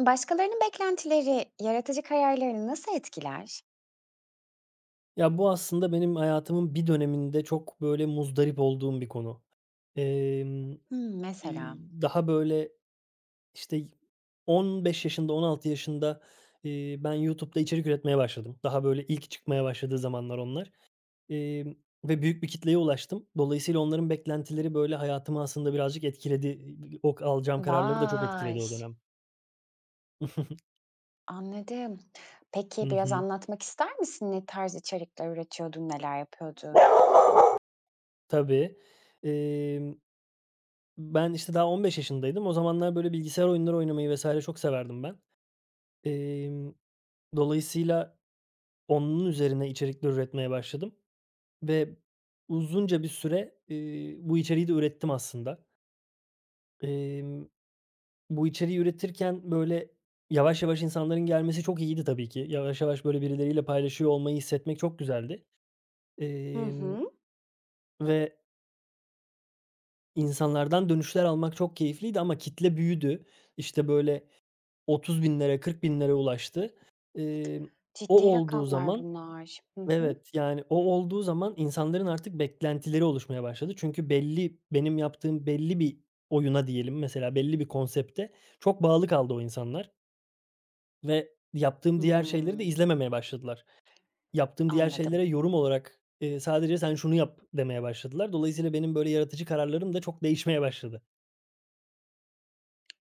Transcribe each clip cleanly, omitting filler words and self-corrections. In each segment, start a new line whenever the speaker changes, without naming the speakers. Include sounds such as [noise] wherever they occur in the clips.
Başkalarının beklentileri yaratıcı kararlarını nasıl etkiler?
Ya, bu aslında benim hayatımın bir döneminde çok, böyle, muzdarip olduğum bir konu. Emm,
Hımm, mesela.
daha, böyle, işte, 15 yaşında, 16 yaşında, ben YouTube'da içerik üretmeye başladım. Daha, böyle, ilk çıkmaya başladığı zamanlar onlar. Emm, ve büyük bir kitleye ulaştım. Dolayısıyla onların beklentileri, böyle, hayatımı aslında birazcık etkiledi. O alacağım kararları da çok
Vay!
etkiledi o dönem. [laughs]
Anladım.
Hı
Peki, biraz
hı.
anlatmak ister misin? Ne tarz içerikler üretiyordun, neler yapıyordun?
Tabii. Emm Ben, işte, daha 15 yaşındaydım. O zamanlar, böyle, bilgisayar oyunları oynamayı vesaire çok severdim ben. Emm, dolayısıyla onun üzerine içerikler üretmeye başladım ve uzunca bir süre, bu içeriği de ürettim aslında. Emm, bu içeriği üretirken, böyle, yavaş yavaş insanların gelmesi çok iyiydi tabii ki. Yavaş yavaş, böyle, birileriyle paylaşıyor olmayı hissetmek çok güzeldi.
Hı
Emm,
hı.
ve insanlardan dönüşler almak çok keyifliydi ama kitle büyüdü. İşte, böyle, ₺30.000'lere, binlere ulaştı. Emm, o
Ciddi
olduğu
rakamlar
zaman
bunlar. Hı hı.
Evet, yani, o olduğu zaman insanların artık beklentileri oluşmaya başladı. Çünkü belli benim yaptığım belli bir oyuna diyelim, mesela belli bir konsepte çok bağlı kaldı o insanlar ve yaptığım diğer şeyleri de
Hımm,
izlememeye başladılar. Yaptığım diğer
anladım.
şeylere yorum olarak, sadece "Sen şunu yap." demeye başladılar. Dolayısıyla benim böyle yaratıcı kararlarım da çok değişmeye başladı.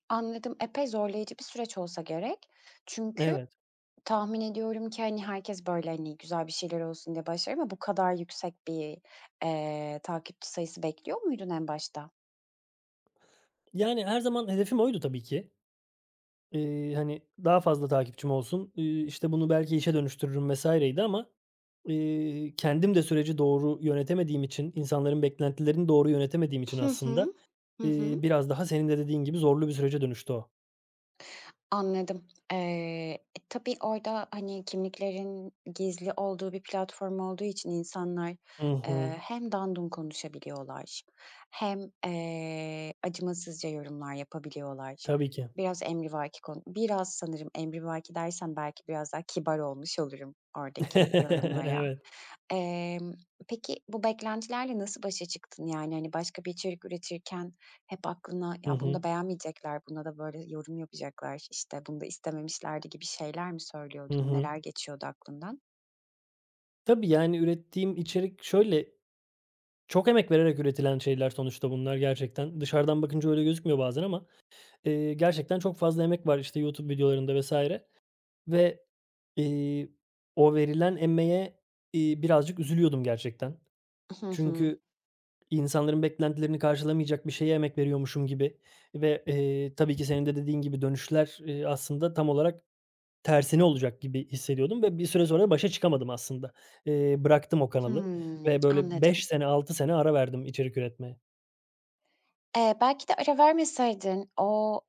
Anladım. Epey zorlayıcı bir süreç olsa gerek. Çünkü
Evet.
tahmin ediyorum ki, hani, herkes, böyle, hani, güzel bir şeyler olsun diye başlar ama bu kadar yüksek bir, takipçi sayısı bekliyor muydun en başta?
Yani, her zaman hedefim oydu tabii ki. Hani, daha fazla takipçim olsun, işte, bunu belki işe dönüştürürüm vesaireydi ama, kendim de süreci doğru yönetemediğim için, insanların beklentilerini doğru yönetemediğim için
Hı
aslında,
hı. Hı hı.
biraz daha senin de dediğin gibi zorlu bir sürece dönüştü o.
Anladım. Eee, tabii orada, hani, kimliklerin gizli olduğu bir platform olduğu için insanlar,
Hı hı.
hem dandun konuşabiliyorlar hem, acımasızca yorumlar yapabiliyorlar.
Tabii ki.
Biraz emrivaki konu biraz sanırım emrivaki dersem belki biraz daha kibar olmuş olurum oradaki
[laughs]
yorumlara.
Evet.
Emm, peki bu beklentilerle nasıl başa çıktın? Yani, hani, başka bir içerik üretirken hep aklına,
Hı
"Ya, bunu
hı.
da beğenmeyecekler, buna da böyle yorum yapacaklar, işte, bunu da istememişlerdi." gibi şeyler mi
Hı
söylüyordun?
hı.
Neler geçiyordu aklından?
Tabii, yani, ürettiğim içerik şöyle, çok emek vererek üretilen şeyler sonuçta bunlar gerçekten. Dışarıdan bakınca öyle gözükmüyor bazen ama, gerçekten çok fazla emek var, işte, YouTube videolarında vesaire. Ve, eee, o verilen emeğe, birazcık üzülüyordum gerçekten.
Hı hı.
Çünkü insanların beklentilerini karşılamayacak bir şeye emek veriyormuşum gibi ve, tabii ki senin de dediğin gibi dönüşler, aslında tam olarak tersine olacak gibi hissediyordum ve bir süre sonra başa çıkamadım aslında. Bıraktım o kanalı
Hımm,
ve böyle 5
anladım.
sene, 6 sene ara verdim içerik üretmeye.
Belki de ara vermeseydin o,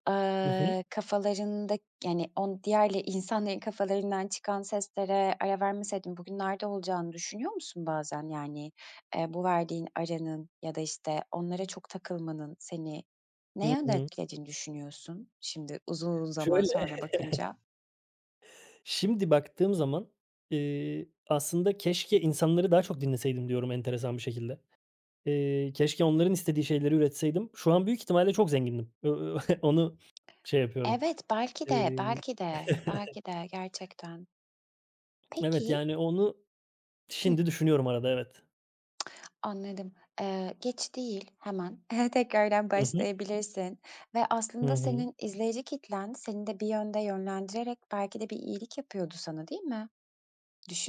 Hı hı.
kafalarında yani, diğer insanların kafalarından çıkan seslere ara vermeseydin bugün nerede olacağını düşünüyor musun bazen? Yani, bu verdiğin aranın ya da, işte, onlara çok takılmanın seni ne
Hı
yönde
hı.
etkilediğini düşünüyorsun şimdi uzun zaman
Şöyle,
sonra
[laughs]
bakınca?
şimdi baktığım zaman, aslında keşke insanları daha çok dinleseydim diyorum enteresan bir şekilde. Keşke onların istediği şeyleri üretseydim. Şu an büyük ihtimalle çok zengindim. [laughs] Onu şey yapıyorum.
Evet, belki de,
Emm
belki de,
[laughs]
belki de gerçekten.
Evet,
Peki
yani, onu
[clears throat] Hıh.
şimdi düşünüyorum arada, evet.
Anladım. Geç değil, hemen [laughs] tekrardan
Hı hı.
başlayabilirsin ve
Hı
aslında
hı.
senin izleyici kitlen seni de bir yönde yönlendirerek belki de bir iyilik yapıyordu sana, değil mi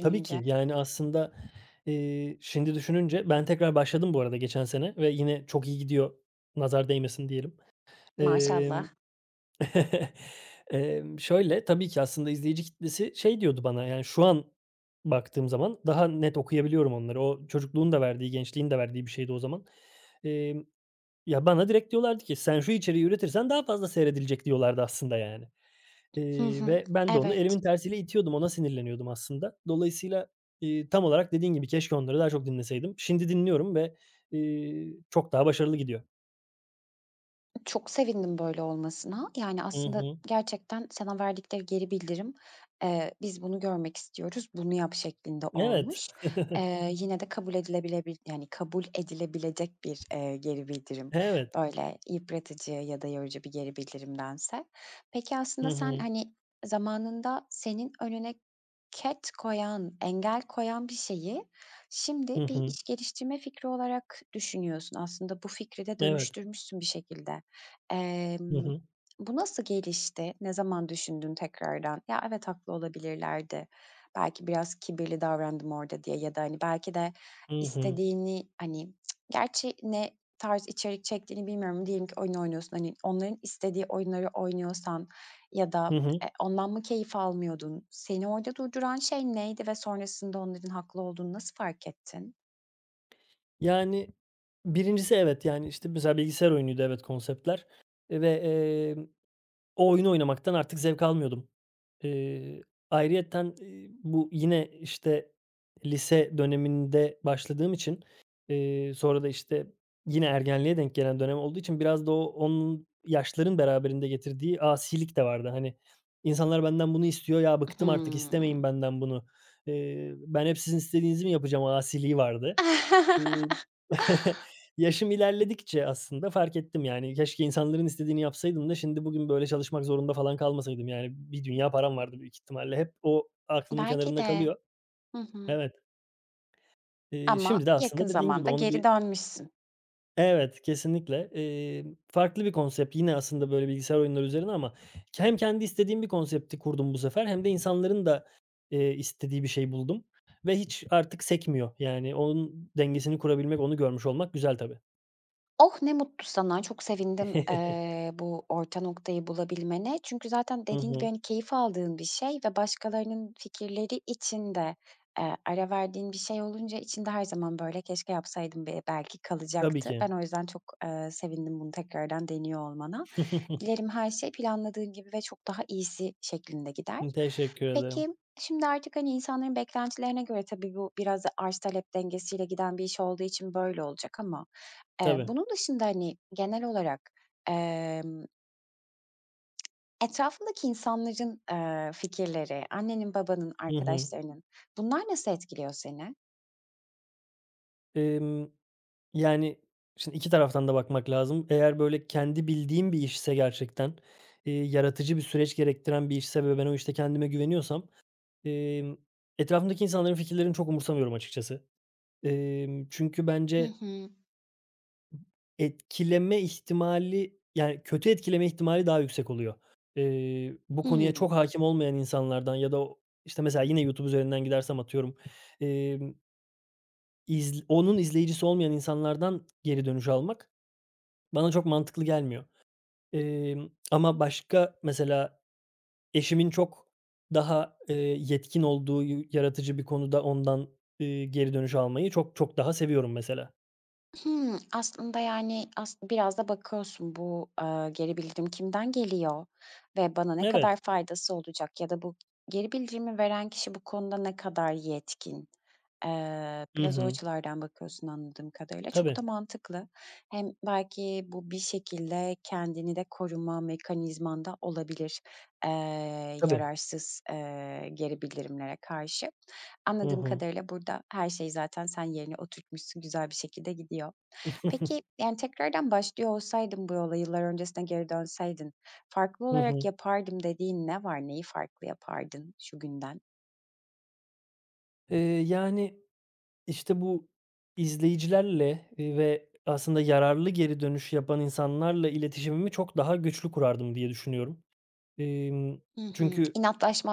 Tabii ki. Yani, aslında, şimdi düşününce ben tekrar başladım bu arada geçen sene ve yine çok iyi gidiyor, nazar değmesin diyelim. Emm
Maşallah.
[laughs] şöyle, tabii ki aslında izleyici kitlesi şey diyordu bana, yani, şu an baktığım zaman daha net okuyabiliyorum onları. O çocukluğun da verdiği, gençliğin de verdiği bir şeydi o zaman. Emm, ya, bana direkt diyorlardı ki, "Sen şu içeriği üretirsen daha fazla seyredilecek." diyorlardı aslında, yani.
Hı
Eee,
hı.
ve ben de onu
Evet.
elimin tersiyle itiyordum, ona sinirleniyordum aslında. Dolayısıyla, tam olarak dediğin gibi keşke onları daha çok dinleseydim. Şimdi dinliyorum ve, çok daha başarılı gidiyor.
Çok sevindim böyle olmasına. Yani,
Hı
aslında
hı.
gerçekten sana verdikleri geri bildirim, "Biz bunu görmek istiyoruz, bunu yap." şeklinde
Evet,
olmuş. Yine de kabul edilebilebil yani, kabul edilebilecek bir, geri bildirim.
evet.
Böyle yıpratıcı ya da yorucu bir geri bildirimdense. Peki,
Hı
aslında sen,
hı.
hani, zamanında senin önüne ket koyan, engel koyan bir şeyi şimdi
Hı
bir
hı.
iş geliştirme fikri olarak düşünüyorsun. Aslında bu fikri de
Evet.
dönüştürmüşsün bir şekilde.
Hı
Emm,
hı.
Bu nasıl gelişti? Ne zaman düşündün tekrardan, "Ya, evet, haklı olabilirlerdi. Belki biraz kibirli davrandım orada." diye ya da, hani, belki de
Hı hı.
istediğini, hani, "Cık, gerçi ne tarz içerik çektiğini bilmiyorum. Diyelim ki oyun oynuyorsun, hani, onların istediği oyunları oynuyorsan ya da,
Hı hı.
ondan mı keyif almıyordun? Seni orada durduran şey neydi ve sonrasında onların haklı olduğunu nasıl fark ettin?
Yani, birincisi evet, yani, işte, mesela bilgisayar oyunuydu evet konseptler, ve, o oyunu oynamaktan artık zevk almıyordum. Eee, ayrıyeten, bu yine, işte, lise döneminde başladığım için, sonra da, işte, yine ergenliğe denk gelen dönem olduğu için biraz da onun yaşların beraberinde getirdiği asilik de vardı. Hani, insanlar benden bunu istiyor, "Ya, bıktım artık, istemeyin
Hımm.
benden bunu. Ben hep sizin istediğinizi mi yapacağım?" asiliği vardı. Eee,
[laughs]
[laughs] yaşım ilerledikçe aslında fark ettim, yani, keşke insanların istediğini yapsaydım da şimdi bugün böyle çalışmak zorunda falan kalmasaydım. Yani, bir dünya param vardı büyük ihtimalle. Hep o aklımın
Belki
kenarında
de.
kalıyor.
Hı hı.
Evet. Eee,
Ama
şimdi de
yakın
aslında dediğin gibi
zamanda
onu
geri
bir...
dönmüşsün.
Evet, kesinlikle. Farklı bir konsept yine aslında böyle bilgisayar oyunları üzerine ama hem kendi istediğim bir konsepti kurdum bu sefer hem de insanların da, istediği bir şey buldum ve hiç artık sekmiyor. Yani, onun dengesini kurabilmek, onu görmüş olmak güzel tabii.
Oh, ne mutlu sana. Çok sevindim,
[laughs]
bu orta noktayı bulabilmene. Çünkü zaten
Hı
dediğin gibi,
hı.
hani, keyif aldığın bir şey ve başkalarının fikirleri için de, ara verdiğin bir şey olunca içinde her zaman böyle "Keşke yapsaydım." Belki
Tabii
kalacaktı.
ki.
Ben o yüzden çok, sevindim bunu tekrardan deniyor olmana. Dilerim
[laughs]
her şey planladığın gibi ve çok daha iyisi şeklinde gider.
Teşekkür ederim.
Peki, şimdi artık, hani, insanların beklentilerine göre tabii bu biraz da arz talep dengesiyle giden bir iş olduğu için böyle olacak ama eee,
Tabii.
bunun dışında, hani, genel olarak, emm, etrafındaki insanların, fikirleri, annenin, babanın,
Hı hı.
arkadaşlarının bunlar nasıl etkiliyor seni?
Emm, yani, şimdi 2 taraftan da bakmak lazım. Eğer böyle kendi bildiğim bir işse gerçekten, yaratıcı bir süreç gerektiren bir işse ve ben o işte kendime güveniyorsam, emm, etrafımdaki insanların fikirlerini çok umursamıyorum açıkçası. Çünkü
Hı
bence
hı.
etkileme ihtimali, yani, kötü etkileme ihtimali daha yüksek oluyor. Bu
Hımm.
konuya çok hâkim olmayan insanlardan ya da o işte, mesela yine YouTube üzerinden gidersem atıyorum, emm, onun izleyicisi olmayan insanlardan geri dönüş almak bana çok mantıklı gelmiyor. Ama başka mesela eşimin çok daha, yetkin olduğu yaratıcı bir konuda ondan, geri dönüş almayı çok çok daha seviyorum mesela.
Hımm. Aslında, yani, biraz da bakıyorsun bu, geri bildirim kimden geliyor ve bana ne
Evet.
kadar faydası olacak ya da bu geri bildirimi veren kişi bu konuda ne kadar yetkin?
Hı
Biraz o
hı.
açılardan bakıyorsun anladığım kadarıyla. Çok
Tabii,
da mantıklı. Hem belki bu bir şekilde kendini de koruma mekanizmanda olabilir, eee,
tabii.
yararsız, geri bildirimlere karşı.
Hı
Anladığım
hı.
kadarıyla burada her şey zaten sen yerine oturtmuşsun, güzel bir şekilde gidiyor. Peki,
[laughs]
yani, tekrardan başlıyor olsaydın bu yola, yıllar öncesine geri dönseydin, "Farklı
Hı
olarak
hı.
yapardım." dediğin ne var? Neyi farklı yapardın şu günden?
Eee, yani, işte, bu izleyicilerle, ve aslında yararlı geri dönüş yapan insanlarla iletişimimi çok daha güçlü kurardım diye düşünüyorum. Emm,
Hı hı.
çünkü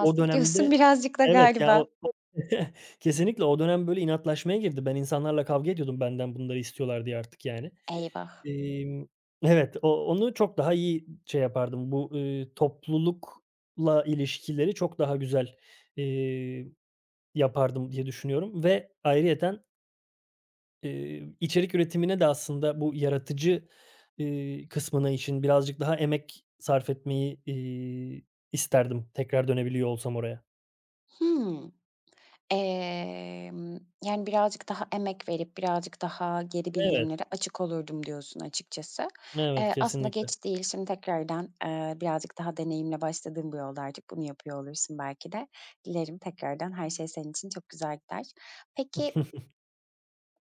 o
diyorsun [laughs]
dönemde...
birazcık da
Evet, ya,
galiba.
o o [laughs] kesinlikle o dönem, böyle, inatlaşmaya girdi. Ben insanlarla kavga ediyordum benden bunları istiyorlar diye artık, yani.
Eyvah.
Emm, evet, onu çok daha iyi şey yapardım. Bu, toplulukla ilişkileri çok daha güzel, eee, yapardım diye düşünüyorum ve ayrıyeten içerik üretimine de aslında bu yaratıcı, kısmına için birazcık daha emek sarf etmeyi, isterdim tekrar dönebiliyor olsam oraya.
Hımm. Yani, birazcık daha emek verip birazcık daha geri
Evet,
bildirimlere açık olurdum diyorsun açıkçası.
evet,
Aslında
kesinlikle.
geç değil. Şimdi tekrardan, birazcık daha deneyimle başladığım bu yolda artık bunu yapıyor olursun belki de. Dilerim tekrardan her şey senin için çok güzel gider. Peki
[laughs]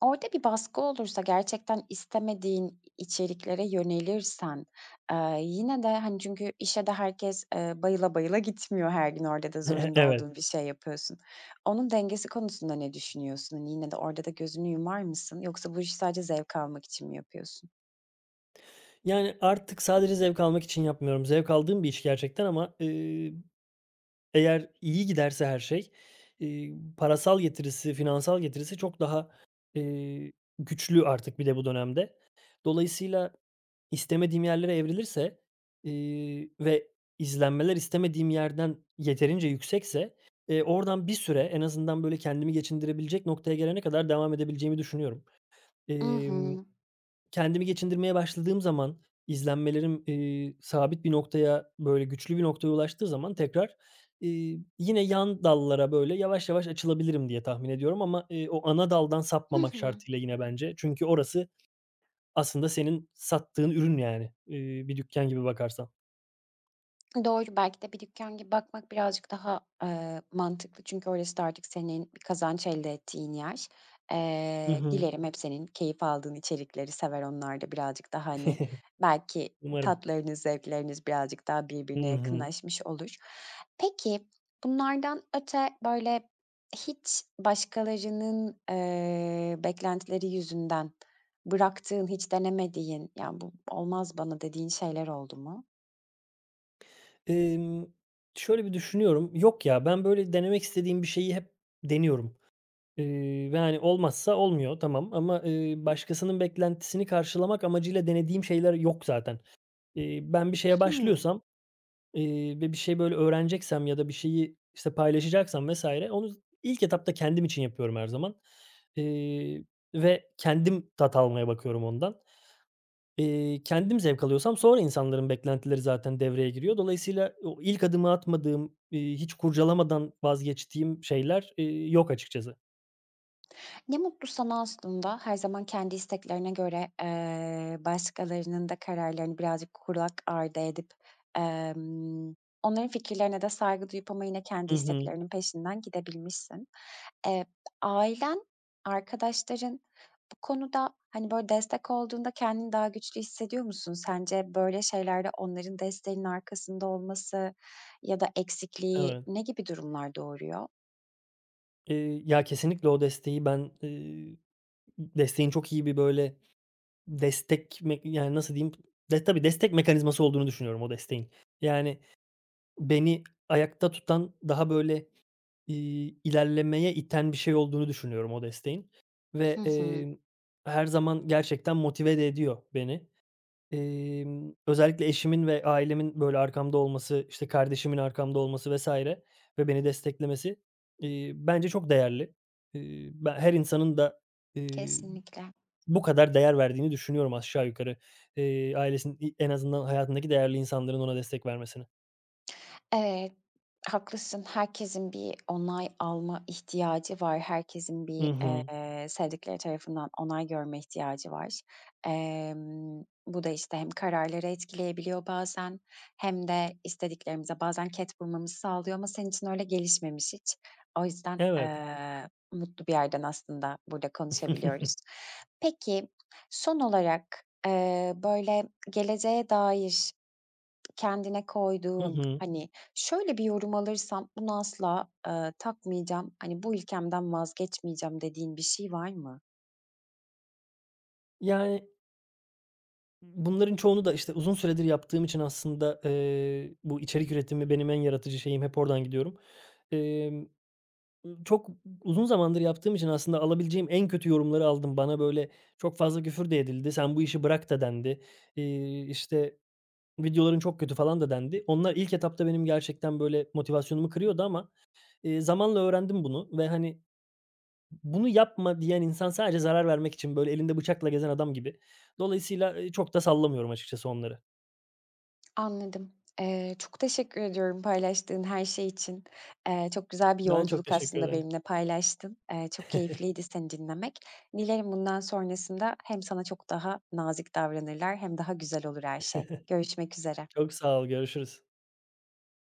orada bir baskı olursa, gerçekten istemediğin içeriklere yönelirsen, yine de, hani, çünkü işe de herkes, bayıla bayıla gitmiyor her gün, orada da zorunda
Evet.
olduğun bir şey yapıyorsun. Onun dengesi konusunda ne düşünüyorsun? Hani, yine de orada da gözünü yumar mısın yoksa bu işi sadece zevk almak için mi yapıyorsun?
Yani artık sadece zevk almak için yapmıyorum. Zevk aldığım bir iş gerçekten ama, eğer iyi giderse her şey, parasal getirisi, finansal getirisi çok daha, eee, güçlü artık bir de bu dönemde. Dolayısıyla istemediğim yerlere evrilirse, ve izlenmeler istemediğim yerden yeterince yüksekse, oradan bir süre en azından böyle kendimi geçindirebilecek noktaya gelene kadar devam edebileceğimi düşünüyorum.
I
Emm
hı.
Kendimi geçindirmeye başladığım zaman izlenmelerim, sabit bir noktaya, böyle, güçlü bir noktaya ulaştığı zaman tekrar, yine yan dallara, böyle, yavaş yavaş açılabilirim diye tahmin ediyorum ama, o ana daldan
Hı
sapmamak
hı.
şartıyla yine bence. Çünkü orası aslında senin sattığın ürün, yani, bir dükkân gibi bakarsan.
Doğru, belki de bir dükkan gibi bakmak birazcık daha, mantıklı. Çünkü orası da artık senin bir kazanç elde ettiğin yer.
Hı hı.
Dilerim hep senin keyif aldığın içerikleri sever onlar da birazcık daha, hani,
[laughs]
belki
Umarım.
tatlarınız, zevkleriniz birazcık daha
Hı
birbirine
hı.
yakınlaşmış olur. Peki, bunlardan öte, böyle, hiç başkalarının, beklentileri yüzünden bıraktığın, hiç denemediğin, "Ya, bu olmaz bana." dediğin şeyler oldu mu?
Emm, şöyle bir düşünüyorum. Yok ya, ben, böyle, denemek istediğim bir şeyi hep deniyorum. Ve, hani, olmazsa olmuyor tamam ama, başkasının beklentisini karşılamak amacıyla denediğim şeyler yok zaten. Ben bir şeye
Hmm.
başlıyorsam, ve bir şey, böyle, öğreneceksem ya da bir şeyi, işte, paylaşacaksam vesaire, onu ilk etapta kendim için yapıyorum her zaman, eee, ve kendim tat almaya bakıyorum ondan. Kendim zevk alıyorsam sonra insanların beklentileri zaten devreye giriyor. Dolayısıyla o ilk adımı atmadığım, hiç kurcalamadan vazgeçtiğim şeyler, yok açıkçası.
Ne mutlu sana aslında. Her zaman kendi isteklerine göre, başkalarının da kararlarını birazcık kulak ardı edip, emm, onların fikirlerine de saygı duyup ama yine kendi
Hı hı.
isteklerinin peşinden gidebilmişsin. Eee, ailen, arkadaşların bu konuda, hani, böyle, destek olduğunda kendini daha güçlü hissediyor musun? Sence böyle şeylerde onların desteğinin arkasında olması ya da eksikliği
Evet.
ne gibi durumlar doğuruyor?
Ya, kesinlikle o desteği ben, desteğin çok iyi bir, böyle, destek me yani, nasıl diyeyim, de tabii destek mekanizması olduğunu düşünüyorum o desteğin. Yani, beni ayakta tutan, daha, böyle, ilerlemeye iten bir şey olduğunu düşünüyorum o desteğin ve,
Hı hı.
her zaman gerçekten motive de ediyor beni. Özellikle eşimin ve ailemin, böyle, arkamda olması, işte, kardeşimin arkamda olması vs. ve beni desteklemesi, bence çok değerli. Ben her insanın da, eee,
Kesinlikle.
bu kadar değer verdiğini düşünüyorum aşağı yukarı. Ailesinin en azından hayatındaki değerli insanların ona destek vermesini.
Evet, haklısın. Herkesin bir onay alma ihtiyacı var. Herkesin
I
bir,
hı.
sevdikleri tarafından onay görme ihtiyacı var. Bu da, işte, hem kararları etkileyebiliyor bazen hem de istediklerimize bazen ket vurmamızı sağlıyor ama senin için öyle gelişmemiş hiç. O yüzden,
Evet.
mutlu bir yerden aslında burada konuşabiliyoruz.
[laughs]
Peki, son olarak, böyle, geleceğe dair kendine
Hı
koyduğun,
hı.
hani, "Şöyle bir yorum alırsam bunu asla, takmayacağım, hani, bu ilkemden vazgeçmeyeceğim." dediğin bir şey var mı?
Yani, bunların çoğunu da, işte, uzun süredir yaptığım için aslında, bu içerik üretimi benim en yaratıcı şeyim, hep oradan gidiyorum. Emm çok uzun zamandır yaptığım için aslında alabileceğim en kötü yorumları aldım. Bana böyle çok fazla küfür de edildi. "Sen bu işi bırak." da dendi. İşte, "Videoların çok kötü." falan da dendi. Onlar ilk etapta benim gerçekten böyle motivasyonumu kırıyordu ama, zamanla öğrendim bunu ve, hani, bunu yapma diyen insan sadece zarar vermek için böyle elinde bıçakla gezen adam gibi. Dolayısıyla, çok da sallamıyorum açıkçası onları.
Anladım. Çok teşekkür ediyorum paylaştığın her şey için. Çok güzel bir
Ben çok
yolculuk
teşekkür
aslında
ederim.
benimle paylaştın. Çok keyifliydi seni dinlemek. Dilerim bundan sonrasında hem sana çok daha nazik davranırlar hem daha güzel olur her şey. Görüşmek üzere.
Çok sağ ol, görüşürüz.